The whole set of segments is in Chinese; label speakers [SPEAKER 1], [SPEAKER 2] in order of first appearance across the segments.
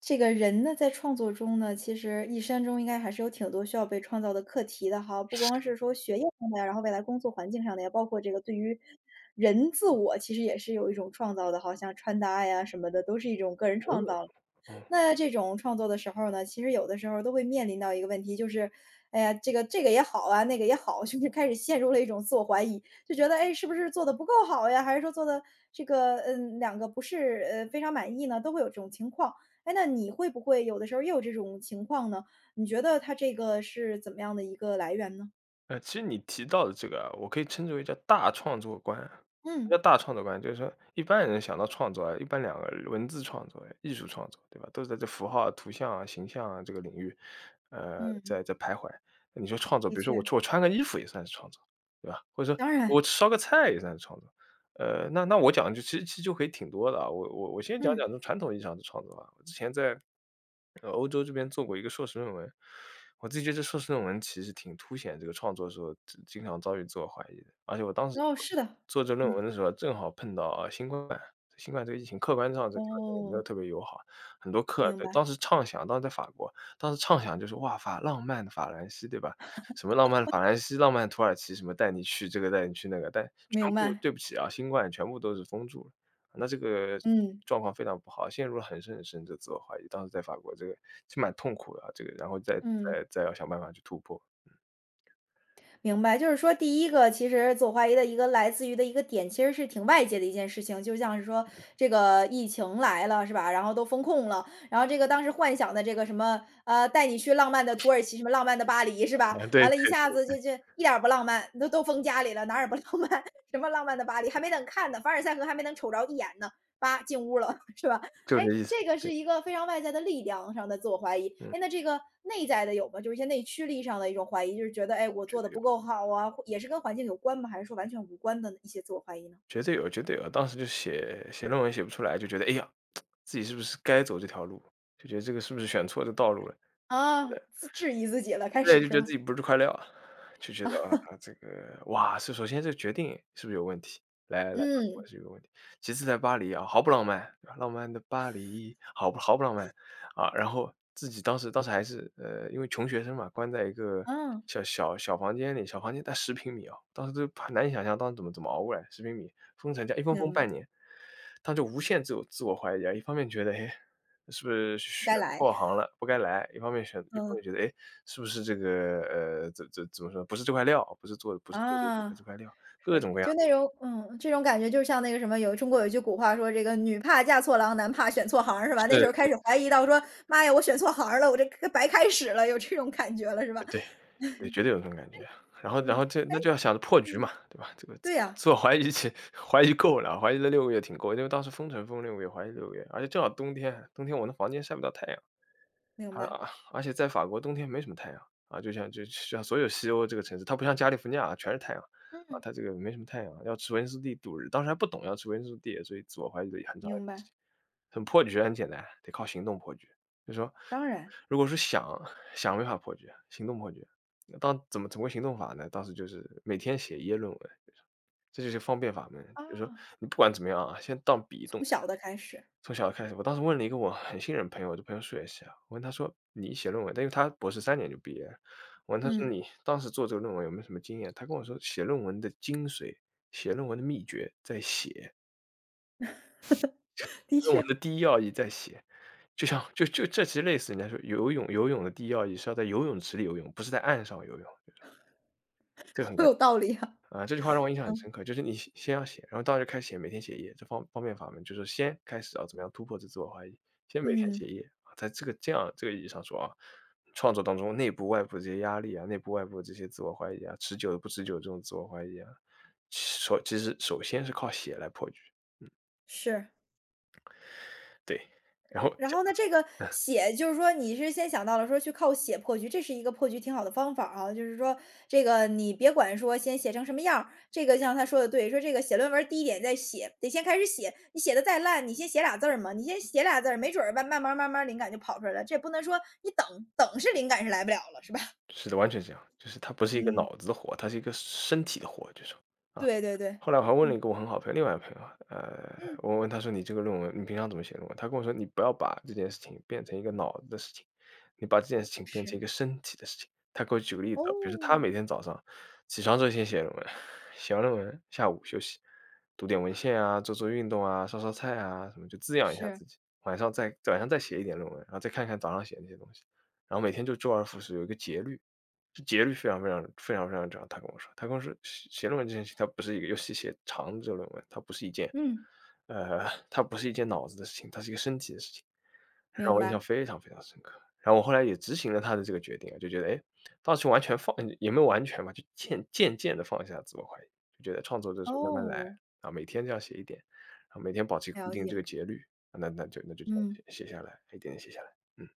[SPEAKER 1] 这个人呢，在创作中呢，其实一生中应该还是有挺多需要被创造的课题的哈，不光是说学业上的呀，然后未来工作环境上的呀，包括这个对于人自我，其实也是有一种创造的，好像穿搭呀什么的，都是一种个人
[SPEAKER 2] 哦，
[SPEAKER 1] 创造。
[SPEAKER 2] 嗯，
[SPEAKER 1] 那这种创作的时候呢，其实有的时候都会面临到一个问题，就是，哎呀，这个也好啊，那个也好，就是开始陷入了一种自我怀疑，就觉得，哎，是不是做的不够好呀？还是说做的这个，嗯，两个不是非常满意呢？都会有这种情况。哎，那你会不会有的时候也有这种情况呢？你觉得它这个是怎么样的一个来源呢？
[SPEAKER 2] 其实你提到的这个啊，我可以称之为叫大创作观啊。什么
[SPEAKER 1] 嗯
[SPEAKER 2] 叫大创作观？就是说一般人想到创作啊，一般两个文字创作、艺术创作，对吧？都是在这符号啊、图像啊、形象啊这个领域，
[SPEAKER 1] 嗯，
[SPEAKER 2] 在徘徊。你说创作，比
[SPEAKER 1] 的
[SPEAKER 2] 如说我
[SPEAKER 1] 确，
[SPEAKER 2] 我穿个衣服也算是创作，对吧？或者说
[SPEAKER 1] 当然，
[SPEAKER 2] 我烧个菜也算是创作。那我讲就其实就可以挺多的啊。我先讲讲
[SPEAKER 1] 嗯，
[SPEAKER 2] 这种传统意义上的创作啊，我之前在欧洲这边做过一个硕士论文，我自己觉得这硕士论文其实挺凸显这个创作时候经常遭遇自我怀疑的。而且我当时
[SPEAKER 1] 哦，
[SPEAKER 2] 做
[SPEAKER 1] 是的，
[SPEAKER 2] 做这论
[SPEAKER 1] 嗯，
[SPEAKER 2] 文的时候，正好碰到，新冠这个疫情客观上这条件也没有
[SPEAKER 1] 哦，
[SPEAKER 2] 特别友好，很多课
[SPEAKER 1] 明
[SPEAKER 2] 对，当
[SPEAKER 1] 白
[SPEAKER 2] 时畅想当时在法国，当时畅想就是，哇，浪漫的法兰西，对吧？什么浪漫的法兰西，浪漫土耳其，什么带你去这个带你去那个，但全
[SPEAKER 1] 明
[SPEAKER 2] 部
[SPEAKER 1] 白，
[SPEAKER 2] 对不起啊，新冠全部都是封住了。那这个
[SPEAKER 1] 嗯
[SPEAKER 2] 状况非常不好，陷入了很深很深的自我怀疑。当时在法国这个是蛮痛苦的啊，这个然后再
[SPEAKER 1] 嗯。
[SPEAKER 2] 再再要想办法去突破。
[SPEAKER 1] 明白，就是说第一个其实自我怀疑的一个来自于的一个点，其实是挺外界的一件事情，就像是说这个疫情来了，是吧？然后都封控了，然后这个当时幻想的这个什么，带你去浪漫的土耳其，什么浪漫的巴黎，是 吧？
[SPEAKER 2] 啊，对
[SPEAKER 1] 完了，一下
[SPEAKER 2] 对，
[SPEAKER 1] 子就一点儿不浪漫，都封家里了，哪儿也不浪漫，什么浪漫的巴黎还没等看呢，凡尔赛河还没能瞅着一眼呢，叭进屋了，是吧？
[SPEAKER 2] 就
[SPEAKER 1] 哎，
[SPEAKER 2] 这意思，
[SPEAKER 1] 这个
[SPEAKER 2] 对，
[SPEAKER 1] 是一个非常外在的力量上的自我怀疑。
[SPEAKER 2] 嗯，
[SPEAKER 1] 哎，那这个内在的有吗？就是一些内驱力上的一种怀疑，就是觉得，哎，我
[SPEAKER 2] 绝
[SPEAKER 1] 做的
[SPEAKER 2] 对
[SPEAKER 1] 不
[SPEAKER 2] 有。
[SPEAKER 1] 够好啊，或也是跟环境有关吗？还是说完全无关的一些自我怀疑呢？
[SPEAKER 2] 绝对有，绝对有。当时就写写论文写不出来，就觉得哎呀，自己是不是该走这条路？就觉得这个是不是选错这道路了？
[SPEAKER 1] 啊，自质疑自己了，开
[SPEAKER 2] 对，
[SPEAKER 1] 始
[SPEAKER 2] 就
[SPEAKER 1] 是
[SPEAKER 2] 觉得
[SPEAKER 1] 吧？
[SPEAKER 2] 自己不是块料啊，就觉得啊，这个哇，是首先这个决定是不是有问题？来来来，我
[SPEAKER 1] 嗯，
[SPEAKER 2] 是有问题。其次在巴黎啊，毫不浪漫，对吧？浪漫的巴黎，毫不浪漫啊。然后自己当时还是因为穷学生嘛，关在一个
[SPEAKER 1] 嗯，
[SPEAKER 2] 小房间里，小房间才十平米啊。当时都很难以想象当时怎么熬过来十平米，封城加一封
[SPEAKER 1] 明
[SPEAKER 2] 半
[SPEAKER 1] 白，
[SPEAKER 2] 年，他就无限自我怀疑啊。一方面觉得，哎，是不是
[SPEAKER 1] 不
[SPEAKER 2] 选
[SPEAKER 1] 该来。
[SPEAKER 2] 错行了，不该来。一方面选一方
[SPEAKER 1] 嗯，
[SPEAKER 2] 面觉得，哎，是不是这个，怎么说，不是这块料，不是做这个学
[SPEAKER 1] 啊，
[SPEAKER 2] 科这块料，各
[SPEAKER 1] 是，
[SPEAKER 2] 种各样
[SPEAKER 1] 就那
[SPEAKER 2] 的。
[SPEAKER 1] 种，嗯，这种感觉就是像那个什么，有中国有一句古话说，这个女怕嫁错郎，男怕选错行儿，是吧？那时
[SPEAKER 2] 是，
[SPEAKER 1] 候开
[SPEAKER 2] 是，
[SPEAKER 1] 始怀疑到说，妈呀，我选错行儿了，我这白开始了，有这种感觉了，是吧？
[SPEAKER 2] 对。对，绝对有这种感觉。然后然
[SPEAKER 1] 嗯，
[SPEAKER 2] 后这
[SPEAKER 1] 哎
[SPEAKER 2] 那就要想着破局嘛，
[SPEAKER 1] 嗯。
[SPEAKER 2] 对吧？这个自
[SPEAKER 1] 对
[SPEAKER 2] 我
[SPEAKER 1] 呀，
[SPEAKER 2] 自我怀疑起 怀疑够了，怀疑了六个月挺够，因为当时封城封六个月，怀疑六个月，而且正好冬天，冬天我那房间晒不到太阳。
[SPEAKER 1] 明
[SPEAKER 2] 还
[SPEAKER 1] 白，
[SPEAKER 2] 啊，而且在法国冬天没什么太阳，啊，就像所有西欧这个城市，它不像加利福尼亚啊全是太阳，啊，
[SPEAKER 1] 嗯。
[SPEAKER 2] 它这个没什么太阳，要吃维生素 D 度日，当时还不懂要吃维生素 D，所以自我怀疑了很长一
[SPEAKER 1] 明
[SPEAKER 2] 段时
[SPEAKER 1] 白，
[SPEAKER 2] 间。很破局很简单，得靠行动破局。就说
[SPEAKER 1] 当然。
[SPEAKER 2] 如果是想，想没法破局，行动破局。当怎么怎么个行动法呢？当时就是每天写一页论文，这就是方便法门。就是说
[SPEAKER 1] 啊。
[SPEAKER 2] 你不管怎么样啊，先当笔动
[SPEAKER 1] 从小的开始，
[SPEAKER 2] 从小开始，我当时问了一个我很信任朋友，我的朋友数学系啊，我问他说：“你写论文”，但因为他博士3年就毕业了，我问他说：
[SPEAKER 1] 嗯，
[SPEAKER 2] “你当时做这个论文有没有什么经验？”他跟我说：“写论文的精髓，写论文的秘诀在写，
[SPEAKER 1] 的
[SPEAKER 2] 论文的
[SPEAKER 1] 确，
[SPEAKER 2] 第一要义在写。”就像就就这其实类似人家说游泳游泳的第一要义是要在游泳池里游泳，不是在岸上游泳，这个
[SPEAKER 1] 好
[SPEAKER 2] 很关
[SPEAKER 1] 有
[SPEAKER 2] 键。
[SPEAKER 1] 道理啊。
[SPEAKER 2] 啊，这句话让我印象很
[SPEAKER 1] 嗯。
[SPEAKER 2] 深刻，就是你先要写，然后到就开始写，每天写一页，这方便法门就是先开始啊，怎么样突破这自我怀疑，先每天写
[SPEAKER 1] 嗯，
[SPEAKER 2] 一页，啊，在这个意义上说啊，创作当中内部外部这些压力啊，内部外部这些自我怀疑啊，持久的不持久这种自我怀疑啊，其实首先是靠写来破局，
[SPEAKER 1] 是。
[SPEAKER 2] 对。然后
[SPEAKER 1] 然
[SPEAKER 2] 这
[SPEAKER 1] 后呢，
[SPEAKER 2] 样，
[SPEAKER 1] 这个写就是说你是先想到了说去靠写破局，这是一个破局挺好的方法啊。就是说这个你别管说先写成什么样儿，这个像他说的对，说这个写论文儿第一点再写，得先开始写，你写的再烂，你先写俩字儿嘛，你先写俩字儿，没准儿慢慢慢慢慢慢灵感就跑出来了，这也不能说你等，等是灵感是来不了了，是吧？
[SPEAKER 2] 是的，完全这样，就是它不是一个
[SPEAKER 1] 嗯，
[SPEAKER 2] 脑子的活，它是一个身体的活，就是说啊。
[SPEAKER 1] 对对对，
[SPEAKER 2] 后来我还问了一
[SPEAKER 1] 嗯，
[SPEAKER 2] 个我很好朋友，另外一个朋友，
[SPEAKER 1] 嗯，
[SPEAKER 2] 我问他说：“你这个论文，你平常怎么写论文？”他跟我说：“你不要把这件事情变成一个脑子的事情，你把这件事情变成
[SPEAKER 1] 是，
[SPEAKER 2] 一个身体的事情。”他给我举个例子啊，比如说他每
[SPEAKER 1] 哦，
[SPEAKER 2] 天早上起床之后先写论文，写完论文下午休息，读点文献啊，做做运动啊，烧烧菜啊，什么就滋养一下
[SPEAKER 1] 是，
[SPEAKER 2] 自己。晚上再写一点论文，然后再看看早上写的那些东西，然后每天就周而复始，有一个节律。这节律非常非常非常非常长。他跟我说，他跟我说写写论文这件事情，它不是一个，尤其写长的这个论文，它不是一件，
[SPEAKER 1] 嗯，
[SPEAKER 2] 它不是一件脑子的事情，它是一个身体的事情，让
[SPEAKER 1] 明
[SPEAKER 2] 我印象
[SPEAKER 1] 白，
[SPEAKER 2] 非常非常深刻。然后我后来也执行了他的这个决定啊，就觉得，哎，当时完全放也没有完全吧，就渐渐的放下自我怀疑，就觉得创作就是慢慢来
[SPEAKER 1] 哦，
[SPEAKER 2] 啊，每天这样写一点，然后每天保持固
[SPEAKER 1] 了
[SPEAKER 2] 定这
[SPEAKER 1] 解，
[SPEAKER 2] 个节律，啊，那就这
[SPEAKER 1] 嗯，
[SPEAKER 2] 样写写下来，一点点写下来，嗯。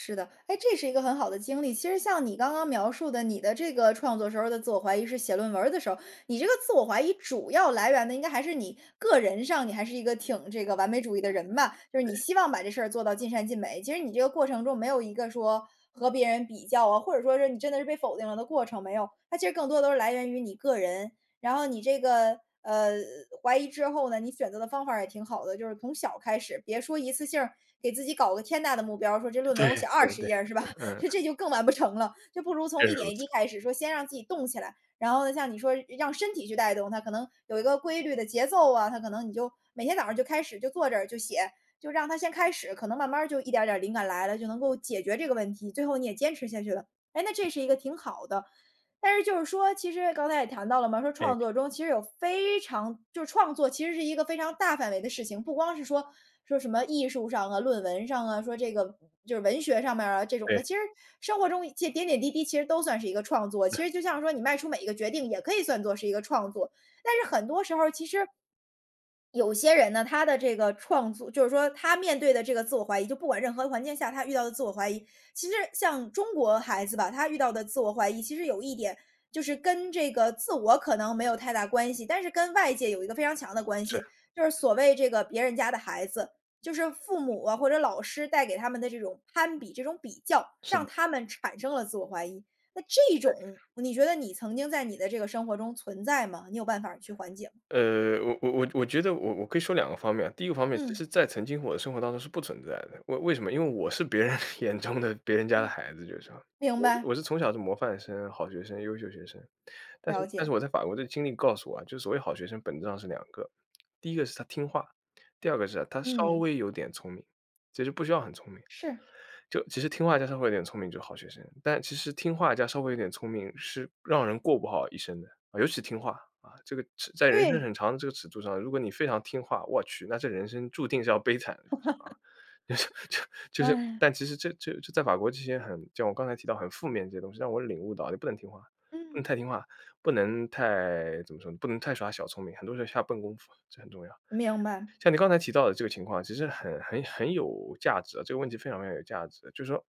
[SPEAKER 1] 是的，哎，这是一个很好的经历。其实像你刚刚描述的，你的这个创作时候的自我怀疑是写论文儿的时候，你这个自我怀疑主要来源的应该还是你个人上，你还是一个挺这个完美主义的人吧，就是你希望把这事儿做到尽善尽美。其实你这个过程中没有一个说和别人比较啊，或者说是你真的是被否定了的过程，没有，它其实更多都是来源于你个人。然后你这个怀疑之后呢，你选择的方法也挺好的，就是从小开始，别说一次性儿给自己搞个天大的目标说这论
[SPEAKER 2] 对
[SPEAKER 1] 文我写
[SPEAKER 2] 对
[SPEAKER 1] 二十
[SPEAKER 2] 对。
[SPEAKER 1] 页儿是吧？
[SPEAKER 2] 嗯，
[SPEAKER 1] 这就更完不成了，就不如从
[SPEAKER 2] 正是
[SPEAKER 1] 一
[SPEAKER 2] 如
[SPEAKER 1] 点一
[SPEAKER 2] 此，
[SPEAKER 1] 滴开始，说先让自己动起来，然后呢，像你说让身体去带动它，可能有一个规律的节奏啊，它可能你就每天早上就开始就坐这儿就写，就让它先开始，可能慢慢儿就一点儿点儿灵感来了，就能够解决这个问题，最后你也坚持下去了。哎，那这是一个挺好的，但是就是说，其实刚才也谈到了嘛，说
[SPEAKER 2] 哎，
[SPEAKER 1] 创作中其实有非常就是创作其实是一个非常大范围的事情，不光是说什么艺术上啊、论文上啊，说这个就是文学上面啊这种的，
[SPEAKER 2] 对。
[SPEAKER 1] 其实生活中一些点点滴滴其实都算是一个创作。其实就像说你迈出每一个决定，也可以算作是一个创作。但是很多时候，其实有些人呢，他的这个创作就是说他面对的这个自我怀疑，就不管任何环境下他遇到的自我怀疑，其实像中国孩子吧，他遇到的自我怀疑，其实有一点就是跟这个自我可能没有太大关系，但是跟外界有一个非常强的关
[SPEAKER 2] 是
[SPEAKER 1] 系，就是所谓这个别人家的孩子，就是父母啊或者老师带给他们的这种攀比、这种比较，
[SPEAKER 2] 是的，
[SPEAKER 1] 让他们产生了自我怀疑。那这种，你觉得你曾经在你的这个生活中存在吗？你有办法去缓解吗？
[SPEAKER 2] 我觉得我可以说两个方面啊，第一个方面，其
[SPEAKER 1] 嗯，
[SPEAKER 2] 实在曾经我的生活当中是不存在的，为什么？因为我是别人 眼中的别人家的
[SPEAKER 1] 嗯。
[SPEAKER 2] 孩子，就是说，
[SPEAKER 1] 明
[SPEAKER 2] 我
[SPEAKER 1] 白。
[SPEAKER 2] 是从小是模范生、好学生、优秀学生，但是
[SPEAKER 1] 了
[SPEAKER 2] 但是
[SPEAKER 1] 解，
[SPEAKER 2] 我在法国的经历告诉我啊，就是所谓好学生本质上是两个，第一个是他听话，第二个是啊他稍
[SPEAKER 1] 嗯，
[SPEAKER 2] 微有点聪明，其实不需要很聪明。
[SPEAKER 1] 是，
[SPEAKER 2] 就其实听话加稍微有点聪明就是好学生，但其实听话加稍微有点聪明是让人过不好一生的，啊，尤其听话，啊，这个在人生很
[SPEAKER 1] 对，
[SPEAKER 2] 长的这个尺度上，如果你非常听话，我去，那这人生注定是要悲惨的，就是啊，就是就
[SPEAKER 1] 哎，
[SPEAKER 2] 但其实这就在法国这些很像我刚才提到很负面这些东西，让我领悟到你不能听话，不
[SPEAKER 1] 嗯，
[SPEAKER 2] 能太听话，不能太怎么说呢不能太耍小聪明，很多时候下笨功夫，这很重要。
[SPEAKER 1] 明白，
[SPEAKER 2] 像你刚才提到的这个情况，其实很有价值啊，这个问题非常非常有价值，就是说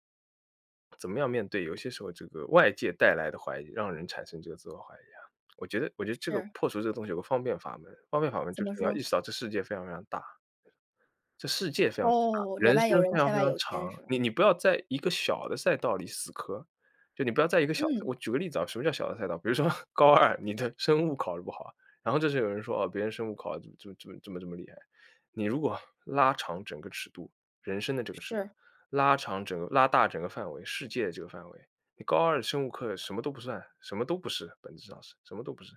[SPEAKER 2] 怎么样面对有些时候这个外界带来的怀疑，让人产生这个自我怀疑啊？我觉得这个
[SPEAKER 1] 是，
[SPEAKER 2] 破除这个东西有个方便法门，方便法门
[SPEAKER 1] 怎
[SPEAKER 2] 就是
[SPEAKER 1] 么
[SPEAKER 2] 你要意
[SPEAKER 1] 说？
[SPEAKER 2] 识到这世界非常非常大，
[SPEAKER 1] 哦，
[SPEAKER 2] 人
[SPEAKER 1] 人外有
[SPEAKER 2] 生
[SPEAKER 1] 人，
[SPEAKER 2] 非常
[SPEAKER 1] 天
[SPEAKER 2] 非
[SPEAKER 1] 外
[SPEAKER 2] 常
[SPEAKER 1] 有天
[SPEAKER 2] 长，
[SPEAKER 1] 是吧？
[SPEAKER 2] 你不要在一个小的赛道里死磕，就你不要在一个小的
[SPEAKER 1] 嗯，
[SPEAKER 2] 我举个例子啊，什么叫小的赛道？比如说 高二，你的生物考得不好，然后这时候有人说：“哦，别人生物考得这么怎么这么这么厉害。”你如果拉长整个尺度，人生的这个尺度，
[SPEAKER 1] 是，
[SPEAKER 2] 拉大整个范围，世界的这个范围，你高二生物课什么都不算，什么都不是，本质上是什么都不是。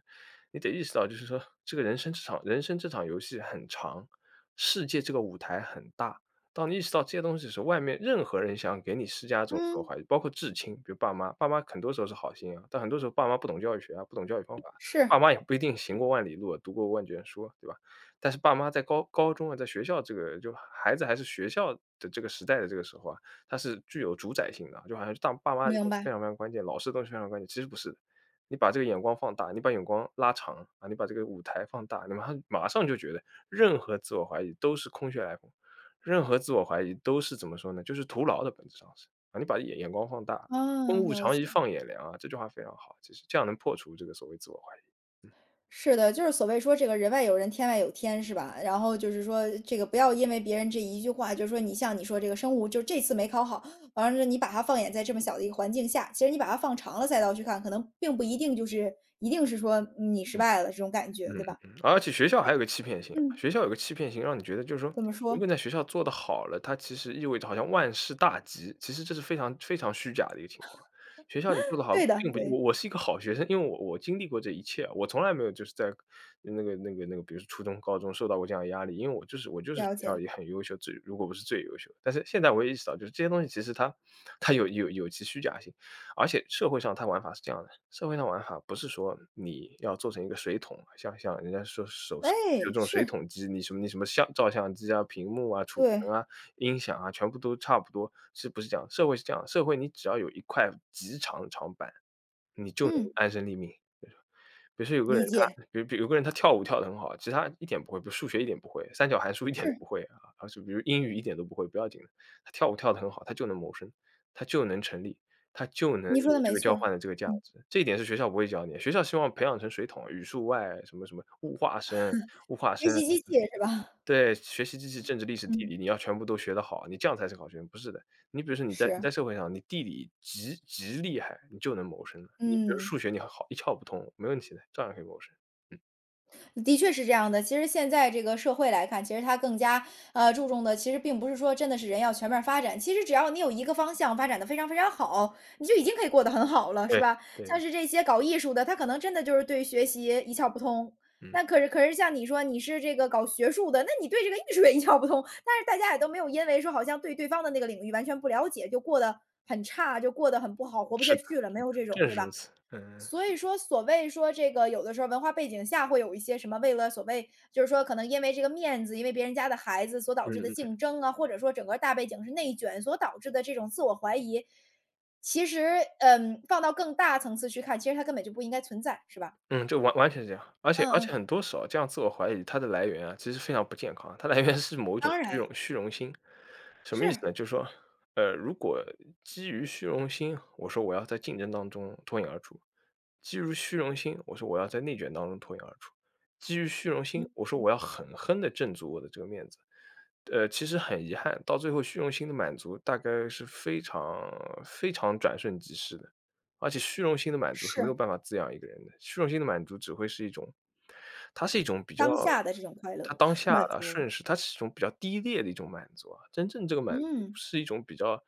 [SPEAKER 2] 你得意识到就是说这个人生这场游戏很长，世界这个舞台很大，当你意识到这些东西的时候，外面任何人想给你施加这种自我
[SPEAKER 1] 嗯，
[SPEAKER 2] 怀疑，包括至亲，比如爸妈，爸妈很多时候是好心啊，但很多时候爸妈不懂教育学啊，不懂教育方法，爸
[SPEAKER 1] 是，
[SPEAKER 2] 妈也不一定行过万里路啊，读过万卷书啊，对吧？但是爸妈在高中啊，在学校这个就孩子还是学校的这个时代的这个时候啊，他是具有主宰性的啊，就好像是当爸妈的
[SPEAKER 1] 明
[SPEAKER 2] 东西非
[SPEAKER 1] 白，
[SPEAKER 2] 常非常关键，老师的东西非常关键，其实不是的。你把这个眼光放大，你把眼光拉长啊，你把这个舞台放大，你马上就觉得任何自我怀疑都是空穴来风。任何自我怀疑都是怎么说呢，就是徒劳的，本质上是。啊，你把眼光放大，“风
[SPEAKER 1] 啊，
[SPEAKER 2] 物
[SPEAKER 1] 了
[SPEAKER 2] 长宜
[SPEAKER 1] 解。
[SPEAKER 2] 放眼量”啊，这句话非常好，其实这样能破除这个所谓自我怀疑。
[SPEAKER 1] 是的，就是所谓说这个人外有人，天外有天是吧？然后就是说这个不要因为别人这一句话，就是说你像你说这个生物，就这次没考好，完了你把它放眼在这么小的一个环境下，其实你把它放长了赛道去看，可能并不一定就是一定是说你失败了这种感觉，
[SPEAKER 2] 嗯
[SPEAKER 1] 对
[SPEAKER 2] 嗯
[SPEAKER 1] 吧？
[SPEAKER 2] 嗯，而且学校还有个欺骗性啊，
[SPEAKER 1] 嗯。
[SPEAKER 2] 学校有个欺骗性，让你觉得就是说，
[SPEAKER 1] 怎么
[SPEAKER 2] 如果你
[SPEAKER 1] 说？
[SPEAKER 2] 在学校做得好了，它其实意味着好像万事大吉，其实这是非常非常虚假的一个情况。学校你做的好，
[SPEAKER 1] 对的，
[SPEAKER 2] 并不，
[SPEAKER 1] 对，
[SPEAKER 2] 我是一个好学生，因为我经历过这一切啊，我从来没有就是在比如说初中、高中受到过这样的压力，因为我就是学
[SPEAKER 1] 了
[SPEAKER 2] 校
[SPEAKER 1] 解。
[SPEAKER 2] 里很优秀，最，如果不是最优秀，但是现在我也意识到，就是这些东西其实它有其虚假性。而且社会上它玩法是这样的，社会上玩法不是说你要做成一个水桶，像人家说手有这
[SPEAKER 1] 哎，
[SPEAKER 2] 种水
[SPEAKER 1] 是，
[SPEAKER 2] 桶机，你什么相照相机啊、屏幕啊、储
[SPEAKER 1] 对，
[SPEAKER 2] 存啊、音响啊，全部都差不多，是不是这样？社会是这样，社会你只要有一块极长的长板，你就能
[SPEAKER 1] 嗯，
[SPEAKER 2] 安身立命，比如说有个
[SPEAKER 1] 理
[SPEAKER 2] 人他
[SPEAKER 1] 解，
[SPEAKER 2] 比如有个人，他跳舞跳得很好，其他一点不会，比如数学一点不会，三角函数一点都
[SPEAKER 1] 是，
[SPEAKER 2] 不会啊，而且比如英语一点都不会，不要紧的，他跳舞跳得很好，他就能谋生，他就能成立，他就能
[SPEAKER 1] 你说的
[SPEAKER 2] 有这
[SPEAKER 1] 没
[SPEAKER 2] 个交
[SPEAKER 1] 错儿
[SPEAKER 2] 换的这个价
[SPEAKER 1] 嗯，
[SPEAKER 2] 值。这一点是学校不会教你，学校希望培养成水桶、语数外什么什么物化生、物化
[SPEAKER 1] 学
[SPEAKER 2] 生。
[SPEAKER 1] 习机器是吧？
[SPEAKER 2] 对，学习机器、政治、历史、地
[SPEAKER 1] 嗯，
[SPEAKER 2] 理，你要全部都学得好，你这样才是好学生。不是的，你比如说你在你
[SPEAKER 1] 是，
[SPEAKER 2] 在社会上，你地理极厉害，你就能谋生的。你比如
[SPEAKER 1] 嗯。
[SPEAKER 2] 数学你很好，一窍不通，没问题的，照样可以谋生。嗯，
[SPEAKER 1] 的确是这样的。其实现在这个社会来看，其实它更加注重的，其实并不是说真的是人要全面发展。其实只要你有一个方向发展的非常非常好，你就已经可以过得很好了，是
[SPEAKER 2] 对，
[SPEAKER 1] 吧？
[SPEAKER 2] 对，
[SPEAKER 1] 像是这些搞艺术的，他可能真的就是对学习一窍不通。
[SPEAKER 2] 嗯，
[SPEAKER 1] 那可是像你说你是这个搞学术的，那你对这个艺术也一窍不通。但是大家也都没有因为说好像对对方的那个领域完全不了解，就过得很差，就过得很不好，活不
[SPEAKER 2] 是
[SPEAKER 1] 下
[SPEAKER 2] 的，
[SPEAKER 1] 去了，没
[SPEAKER 2] 是的，
[SPEAKER 1] 有这种，
[SPEAKER 2] 正
[SPEAKER 1] 对
[SPEAKER 2] 是
[SPEAKER 1] 吧？
[SPEAKER 2] 如此。嗯，
[SPEAKER 1] 所以说，所谓说这个有的时候文化背景下会有一些什么，为了所谓就是说可能因为这个面子，因为别人家的孩子所导
[SPEAKER 2] 嗯
[SPEAKER 1] 致的
[SPEAKER 2] 嗯。
[SPEAKER 1] 竞争啊，或者说整个大背景是内卷所导致的这种自我怀疑，其实嗯，放到更大层次去看，其实它根本就不应该存在，是吧？
[SPEAKER 2] 嗯，就完完全是这样，而且而
[SPEAKER 1] 嗯
[SPEAKER 2] 且
[SPEAKER 1] 嗯，
[SPEAKER 2] 很多时候这样自我怀疑它的来源啊，其实非常不健康，它来源是某一种
[SPEAKER 1] 当
[SPEAKER 2] 虚
[SPEAKER 1] 然
[SPEAKER 2] 荣虚荣心。什么意思
[SPEAKER 1] 是，
[SPEAKER 2] 呢？就是说，如果基于虚荣心，我说我要在竞争当中脱颖而出；基于虚荣心，我说我要在内卷当中脱颖而出；基于虚荣心，
[SPEAKER 1] 嗯，
[SPEAKER 2] 我说我要狠狠的挣足我的这个面子。其实很遗憾，到最后虚荣心的满足大概是非常非常转瞬即逝的。而且虚荣心的满足是没有
[SPEAKER 1] 是
[SPEAKER 2] 办法滋养一个人的，虚荣心的满足只会是一种它是一种比较
[SPEAKER 1] 当下的这种快
[SPEAKER 2] 它
[SPEAKER 1] 乐
[SPEAKER 2] 当 下
[SPEAKER 1] 满
[SPEAKER 2] 的
[SPEAKER 1] 足了。
[SPEAKER 2] 瞬时，它是一种比较低劣的一种满足啊。真正这个满足
[SPEAKER 1] 嗯，
[SPEAKER 2] 是一种比较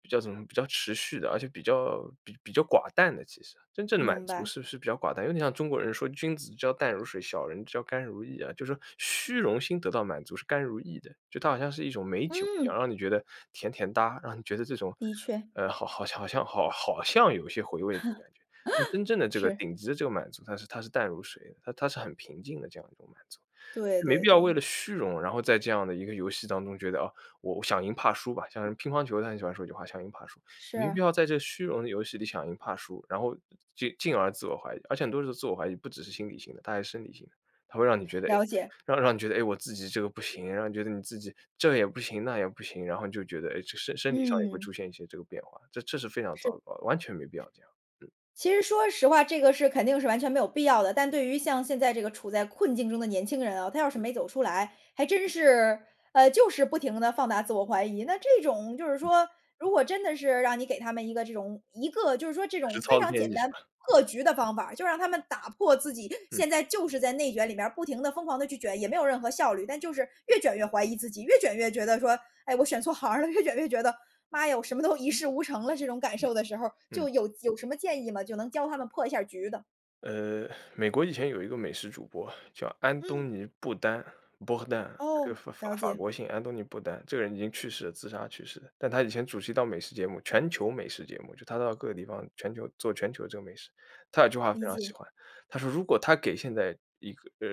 [SPEAKER 2] 比较怎么比较持续的，而且比较寡淡的。其实真正的满
[SPEAKER 1] 明
[SPEAKER 2] 足
[SPEAKER 1] 白。
[SPEAKER 2] 是不是比较寡淡，有点像中国人说“君子之交淡如水，小人之交甘如饴”啊，就是说虚荣心得到满足是甘如饴的，就它好像是一种美酒一样，
[SPEAKER 1] 嗯，
[SPEAKER 2] 让你觉得甜甜哒，让你觉得这种
[SPEAKER 1] 的确
[SPEAKER 2] 好好像好像好好像有些回味这种感觉。那真正的这个
[SPEAKER 1] 是，
[SPEAKER 2] 顶级的这个满足，它是淡如水的，它是很平静的这样一种满足。
[SPEAKER 1] 对
[SPEAKER 2] 没
[SPEAKER 1] 对
[SPEAKER 2] 必要为
[SPEAKER 1] 对，
[SPEAKER 2] 了虚荣，然后在这样的一个游戏当中觉得，哦，我想赢怕输吧，像是乒乓球他很喜欢说一句话“想赢怕输”，
[SPEAKER 1] 是
[SPEAKER 2] 没必要在这虚荣的游戏里想赢怕输，然后进而自我怀疑，而且很多时候自我怀疑不只是心理性的，它还是生理性的。它会让你觉得，哎，
[SPEAKER 1] 了解。
[SPEAKER 2] 让你觉得，哎，我自己这个不行，让你觉得你自己这也不行，那也不行，然后你就觉得，哎，这身体上也会出
[SPEAKER 1] 嗯，
[SPEAKER 2] 现一些这个变化，这这是非常糟
[SPEAKER 1] 是
[SPEAKER 2] 糕的，完全没必要这样。嗯，
[SPEAKER 1] 其实说实话，这个是肯定是完全没有必要的。但对于像现在这个处在困境中的年轻人啊，他要是没走出来，还真是，就是不停的放大自我怀疑。那这种就是说，如果真的是让你给他们一个这种一个就是说这
[SPEAKER 2] 实
[SPEAKER 1] 种
[SPEAKER 2] 操
[SPEAKER 1] 非
[SPEAKER 2] 的
[SPEAKER 1] 常
[SPEAKER 2] 建
[SPEAKER 1] 简
[SPEAKER 2] 议是
[SPEAKER 1] 单
[SPEAKER 2] 吧？
[SPEAKER 1] 破局的方法，就让他们打破自己
[SPEAKER 2] 嗯
[SPEAKER 1] 现在就是在内卷里面儿不停的疯狂的去卷，也没有任何效率，但就是越卷越怀疑自己，越卷越觉得说，哎，我选错行儿了，越卷越觉得妈呀，我什么都一事无成了这种感受的时候，
[SPEAKER 2] 嗯。
[SPEAKER 1] 就有什么建议吗？就能教他们破一下局的？
[SPEAKER 2] 呃，美国以前有一个美食主播叫安
[SPEAKER 1] 嗯，
[SPEAKER 2] 东尼·布丹，伯克丹，这个
[SPEAKER 1] 哦，
[SPEAKER 2] 法法
[SPEAKER 1] 了
[SPEAKER 2] 法
[SPEAKER 1] 解，
[SPEAKER 2] 国姓安东尼·布丹，这个人已经去世了，自杀去世的。但他以前主持一档美食节目，全球美食节目，就他到各个地方，全球做全球这个美食。他有句话非
[SPEAKER 1] 理
[SPEAKER 2] 常喜
[SPEAKER 1] 解，
[SPEAKER 2] 欢，他说：“如果他给现在一个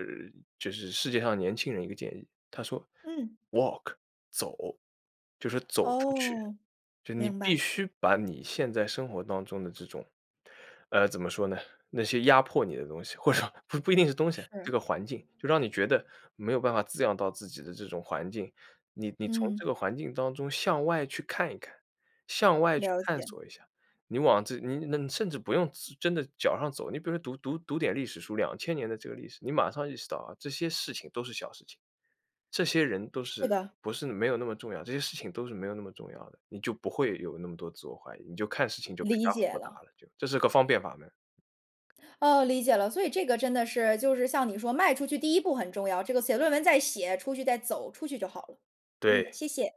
[SPEAKER 2] 就是世界上年轻人一个建议，他说
[SPEAKER 1] 嗯，
[SPEAKER 2] 'walk',走，就是走出去。”
[SPEAKER 1] 哦，
[SPEAKER 2] 就你
[SPEAKER 1] 明
[SPEAKER 2] 必
[SPEAKER 1] 白，
[SPEAKER 2] 须把你现在生活当中的这种，呃，怎么说呢？那些压迫你的东西，或者说不一定是东西，这
[SPEAKER 1] 是，
[SPEAKER 2] 个环境，就让你觉得没有办法滋养到自己的这种环境，你，你从这
[SPEAKER 1] 嗯，
[SPEAKER 2] 个环境当中向外去看一看，向外去
[SPEAKER 1] 了
[SPEAKER 2] 探
[SPEAKER 1] 解，
[SPEAKER 2] 索一下。你往这你那你甚至不用自真的脚上走，你比如说读点历史书，2000年的这个历史，你马上意识到啊，这些事情都是小事情，这些人都
[SPEAKER 1] 是
[SPEAKER 2] 是
[SPEAKER 1] 的，
[SPEAKER 2] 不是，没有那么重要，这些事情都是没有那么重要的，你就不会有那么多自我怀疑，你就看事情就更
[SPEAKER 1] 理
[SPEAKER 2] 加
[SPEAKER 1] 解
[SPEAKER 2] 豁达
[SPEAKER 1] 了，
[SPEAKER 2] 了，就这是个方便法门，
[SPEAKER 1] 哦，理解了。所以这个真的是就是像你说，迈出去第一步很重要，这个写论文再写，出去再走，出去就好了。嗯，
[SPEAKER 2] 对。
[SPEAKER 1] 谢谢。